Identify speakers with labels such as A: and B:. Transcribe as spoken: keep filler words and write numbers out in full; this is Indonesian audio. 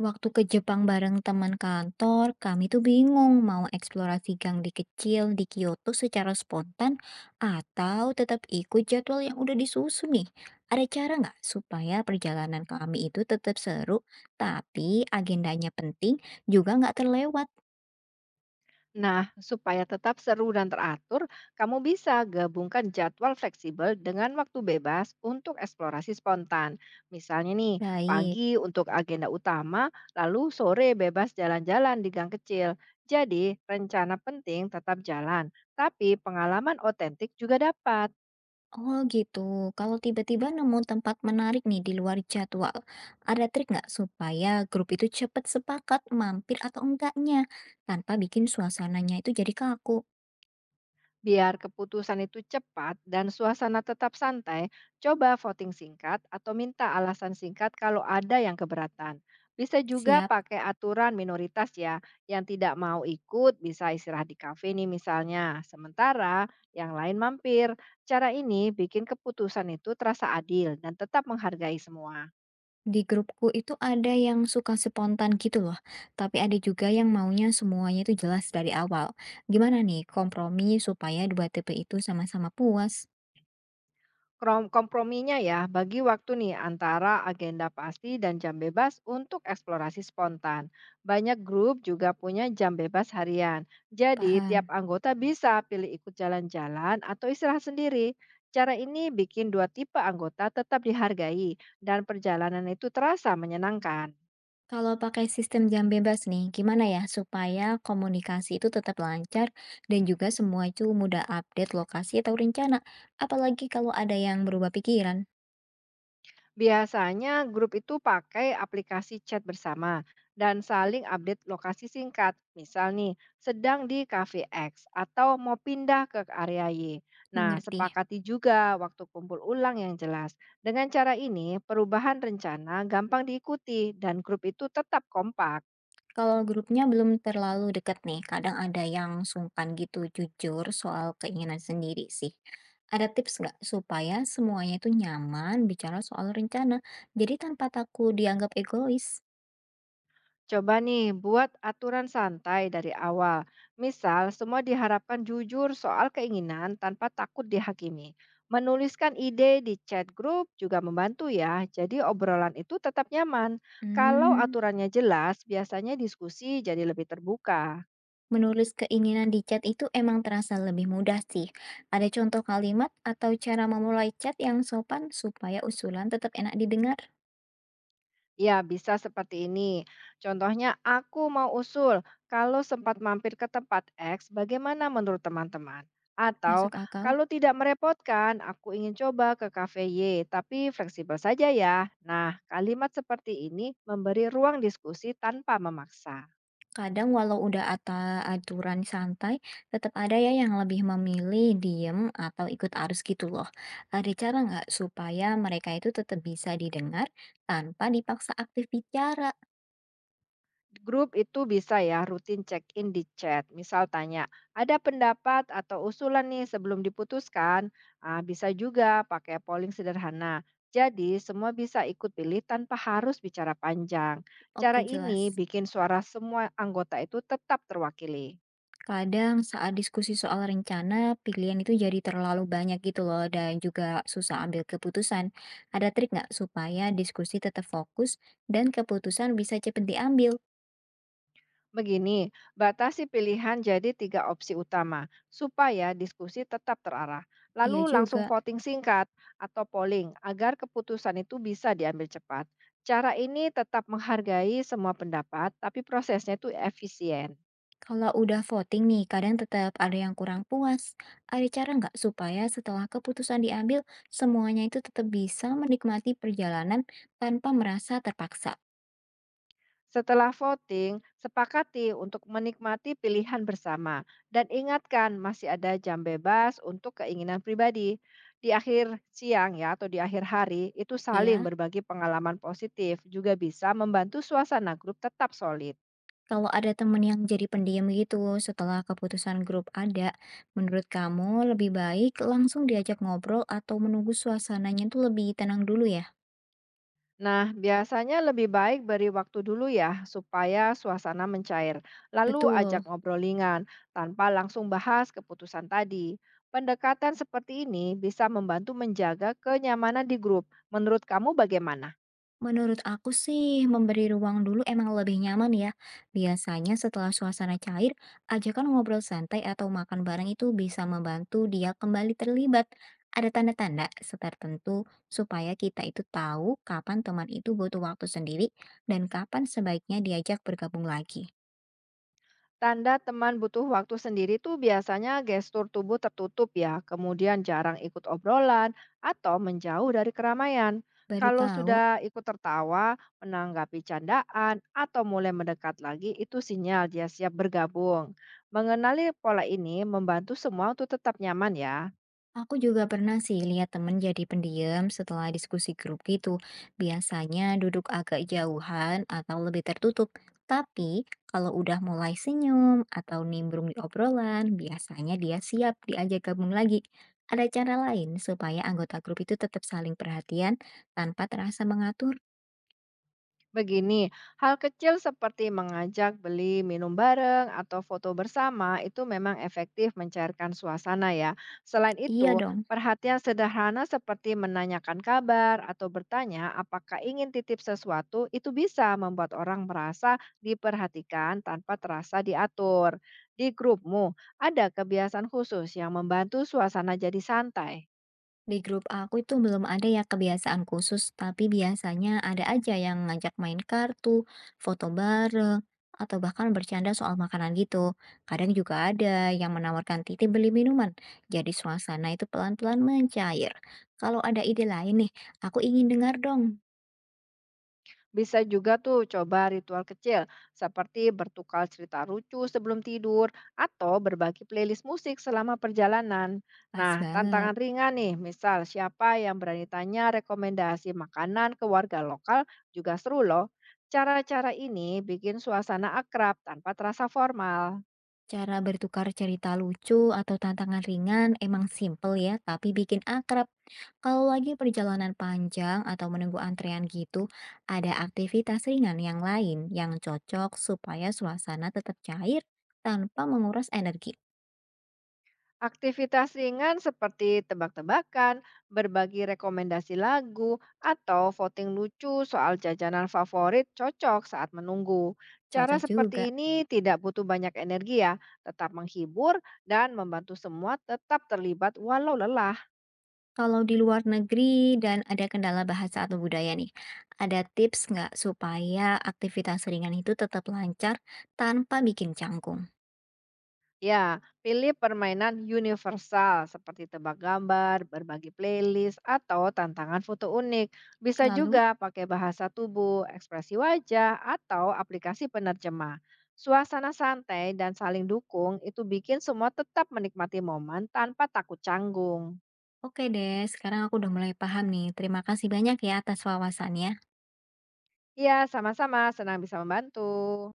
A: Waktu ke Jepang bareng teman kantor, kami tuh bingung mau eksplorasi gang di kecil di Kyoto secara spontan atau tetap ikut jadwal yang udah disusun nih. Ada cara nggak supaya perjalanan kami itu tetap seru, tapi agendanya penting juga nggak terlewat?
B: Nah, supaya tetap seru dan teratur, kamu bisa gabungkan jadwal fleksibel dengan waktu bebas untuk eksplorasi spontan. Misalnya nih,
A: Baik.
B: pagi untuk agenda utama, lalu sore bebas jalan-jalan di gang kecil. Jadi, rencana penting tetap jalan, tapi pengalaman otentik juga dapat.
A: Oh gitu, kalau tiba-tiba nemu tempat menarik nih di luar jadwal, ada trik nggak supaya grup itu cepat sepakat mampir atau enggaknya tanpa bikin suasananya itu jadi kaku?
B: Biar keputusan itu cepat dan suasana tetap santai, coba voting singkat atau minta alasan singkat kalau ada yang keberatan. Bisa juga
A: Siap.
B: pakai aturan minoritas ya, yang tidak mau ikut bisa istirahat di kafe nih misalnya. Sementara yang lain mampir. Cara ini bikin keputusan itu terasa adil dan tetap menghargai semua.
A: Di grupku itu ada yang suka spontan gitu loh, tapi ada juga yang maunya semuanya itu jelas dari awal. Gimana nih kompromi supaya dua tipe itu sama-sama puas?
B: Krom komprominya ya, bagi waktu nih antara agenda pasti dan jam bebas untuk eksplorasi spontan. Banyak grup juga punya jam bebas harian. Jadi, tiap
A: Paham.
B: anggota bisa pilih ikut jalan-jalan atau istirahat sendiri. Cara ini bikin dua tipe anggota tetap dihargai dan perjalanan itu terasa menyenangkan.
A: Kalau pakai sistem jam bebas nih, gimana ya supaya komunikasi itu tetap lancar dan juga semua itu mudah update lokasi atau rencana, apalagi kalau ada yang berubah pikiran.
B: Biasanya grup itu pakai aplikasi chat bersama dan saling update lokasi singkat. Misal nih, sedang di Cafe X atau mau pindah ke area Y. Nah,
A: Mengerti.
B: sepakati juga waktu kumpul ulang yang jelas. Dengan cara ini, perubahan rencana gampang diikuti dan grup itu tetap kompak.
A: Kalau grupnya belum terlalu deket nih, kadang ada yang sungkan gitu jujur soal keinginan sendiri sih. Ada tips nggak supaya semuanya itu nyaman bicara soal rencana, jadi tanpa takut dianggap egois?
B: Coba nih buat aturan santai dari awal. Misal, semua diharapkan jujur soal keinginan tanpa takut dihakimi. Menuliskan ide di chat grup juga membantu ya. Jadi obrolan itu tetap nyaman. Kalau
A: Hmm,
B: aturannya jelas, biasanya diskusi jadi lebih terbuka.
A: menulis keinginan di chat itu emang terasa lebih mudah sih. Ada contoh kalimat atau cara memulai chat yang sopan supaya usulan tetap enak didengar?
B: Ya, bisa seperti ini. Contohnya, aku mau usul kalau sempat mampir ke tempat X, bagaimana menurut teman-teman? Atau
A: Masuk akal?
B: kalau tidak merepotkan, aku ingin coba ke kafe Y, tapi fleksibel saja ya. Nah, kalimat seperti ini memberi ruang diskusi tanpa memaksa.
A: Kadang walau udah ada aturan santai, tetap ada ya yang lebih memilih diem atau ikut arus gitu loh. Ada cara nggak supaya mereka itu tetap bisa didengar tanpa dipaksa aktif bicara?
B: Grup itu bisa ya rutin check-in di chat. Misal tanya, ada pendapat atau usulan nih sebelum diputuskan? Ah, bisa juga pakai polling sederhana. Jadi semua bisa ikut pilih tanpa harus bicara panjang. Cara
A: Oke
B: ini
A: jelas.
B: bikin suara semua anggota itu tetap terwakili.
A: Kadang saat diskusi soal rencana, pilihan itu jadi terlalu banyak gitu loh dan juga susah ambil keputusan. Ada trik nggak supaya diskusi tetap fokus dan keputusan bisa cepat diambil?
B: Begini, batasi pilihan jadi tiga opsi utama supaya diskusi tetap terarah.
A: Iya
B: Lalu langsung
A: juga.
B: voting singkat atau polling agar keputusan itu bisa diambil cepat. Cara ini tetap menghargai semua pendapat, tapi prosesnya itu efisien.
A: Kalau udah voting nih, kadang tetap ada yang kurang puas. Ada cara nggak supaya setelah keputusan diambil, semuanya itu tetap bisa menikmati perjalanan tanpa merasa terpaksa?
B: Setelah voting, sepakati untuk menikmati pilihan bersama dan ingatkan masih ada jam bebas untuk keinginan pribadi. Di akhir siang ya atau di akhir hari itu saling
A: Ya,
B: berbagi pengalaman positif juga bisa membantu suasana grup tetap solid.
A: kalau ada temen yang jadi pendiam gitu setelah keputusan grup ada, menurut kamu lebih baik langsung diajak ngobrol atau menunggu suasananya tuh lebih tenang dulu ya?
B: Nah, biasanya lebih baik beri waktu dulu ya, supaya suasana mencair. Lalu ajak
A: Betul.
B: ngobrol ringan, tanpa langsung bahas keputusan tadi. Pendekatan seperti ini bisa membantu menjaga kenyamanan di grup. Menurut kamu bagaimana?
A: Menurut aku sih, memberi ruang dulu emang lebih nyaman ya. Biasanya setelah suasana cair, ajakan ngobrol santai atau makan bareng itu bisa membantu dia kembali terlibat. Ada tanda-tanda tertentu supaya kita itu tahu kapan teman itu butuh waktu sendiri dan kapan sebaiknya diajak bergabung lagi.
B: Tanda teman butuh waktu sendiri tuh biasanya gestur tubuh tertutup ya, kemudian jarang ikut obrolan atau menjauh dari keramaian.
A: Baru
B: Kalau
A: tahu.
B: sudah ikut tertawa, menanggapi candaan, atau mulai mendekat lagi, itu sinyal dia siap bergabung. Mengenali pola ini membantu semua untuk tetap nyaman ya.
A: Aku juga pernah sih lihat temen jadi pendiam setelah diskusi grup gitu. Biasanya duduk agak jauhan atau lebih tertutup. Tapi kalau udah mulai senyum atau nimbrung di obrolan, biasanya dia siap diajak gabung lagi. Ada cara lain supaya anggota grup itu tetap saling perhatian tanpa terasa mengatur?
B: Begini, hal kecil seperti mengajak beli minum bareng atau foto bersama itu memang efektif mencairkan suasana ya. Selain itu,
A: Iya dong.
B: perhatian sederhana seperti menanyakan kabar atau bertanya apakah ingin titip sesuatu itu bisa membuat orang merasa diperhatikan tanpa terasa diatur. Di grupmu, ada kebiasaan khusus yang membantu suasana jadi santai.
A: Di grup aku itu belum ada ya kebiasaan khusus, tapi biasanya ada aja yang ngajak main kartu, foto bareng, atau bahkan bercanda soal makanan gitu. Kadang juga ada yang menawarkan titip beli minuman, jadi suasana itu pelan-pelan mencair. Kalau ada ide lain nih, aku ingin dengar dong.
B: Bisa juga tuh coba ritual kecil seperti bertukar cerita lucu sebelum tidur atau berbagi playlist musik selama perjalanan.
A: Pas
B: Nah,
A: banget.
B: tantangan ringan nih, misal siapa yang berani tanya rekomendasi makanan ke warga lokal juga seru loh. Cara-cara ini bikin suasana akrab tanpa terasa formal.
A: Cara bertukar cerita lucu atau tantangan ringan emang simple ya, tapi bikin akrab. Kalau lagi perjalanan panjang atau menunggu antrean gitu, ada aktivitas ringan yang lain yang cocok supaya suasana tetap cair tanpa menguras energi.
B: Aktivitas ringan seperti tebak-tebakan, berbagi rekomendasi lagu, atau voting lucu soal jajanan favorit cocok saat menunggu. Cara
A: Cocok juga.
B: seperti ini tidak butuh banyak energi ya, tetap menghibur dan membantu semua tetap terlibat walau lelah.
A: Kalau di luar negeri dan ada kendala bahasa atau budaya nih, ada tips nggak supaya aktivitas ringan itu tetap lancar tanpa bikin canggung?
B: Ya, pilih permainan universal seperti tebak gambar, berbagi playlist, atau tantangan foto unik. Bisa
A: Lalu?
B: juga pakai bahasa tubuh, ekspresi wajah, atau aplikasi penerjemah. Suasana santai dan saling dukung itu bikin semua tetap menikmati momen tanpa takut canggung.
A: Oke deh, sekarang aku udah mulai paham nih. Terima kasih banyak ya atas wawasannya.
B: Ya, sama-sama, senang bisa membantu.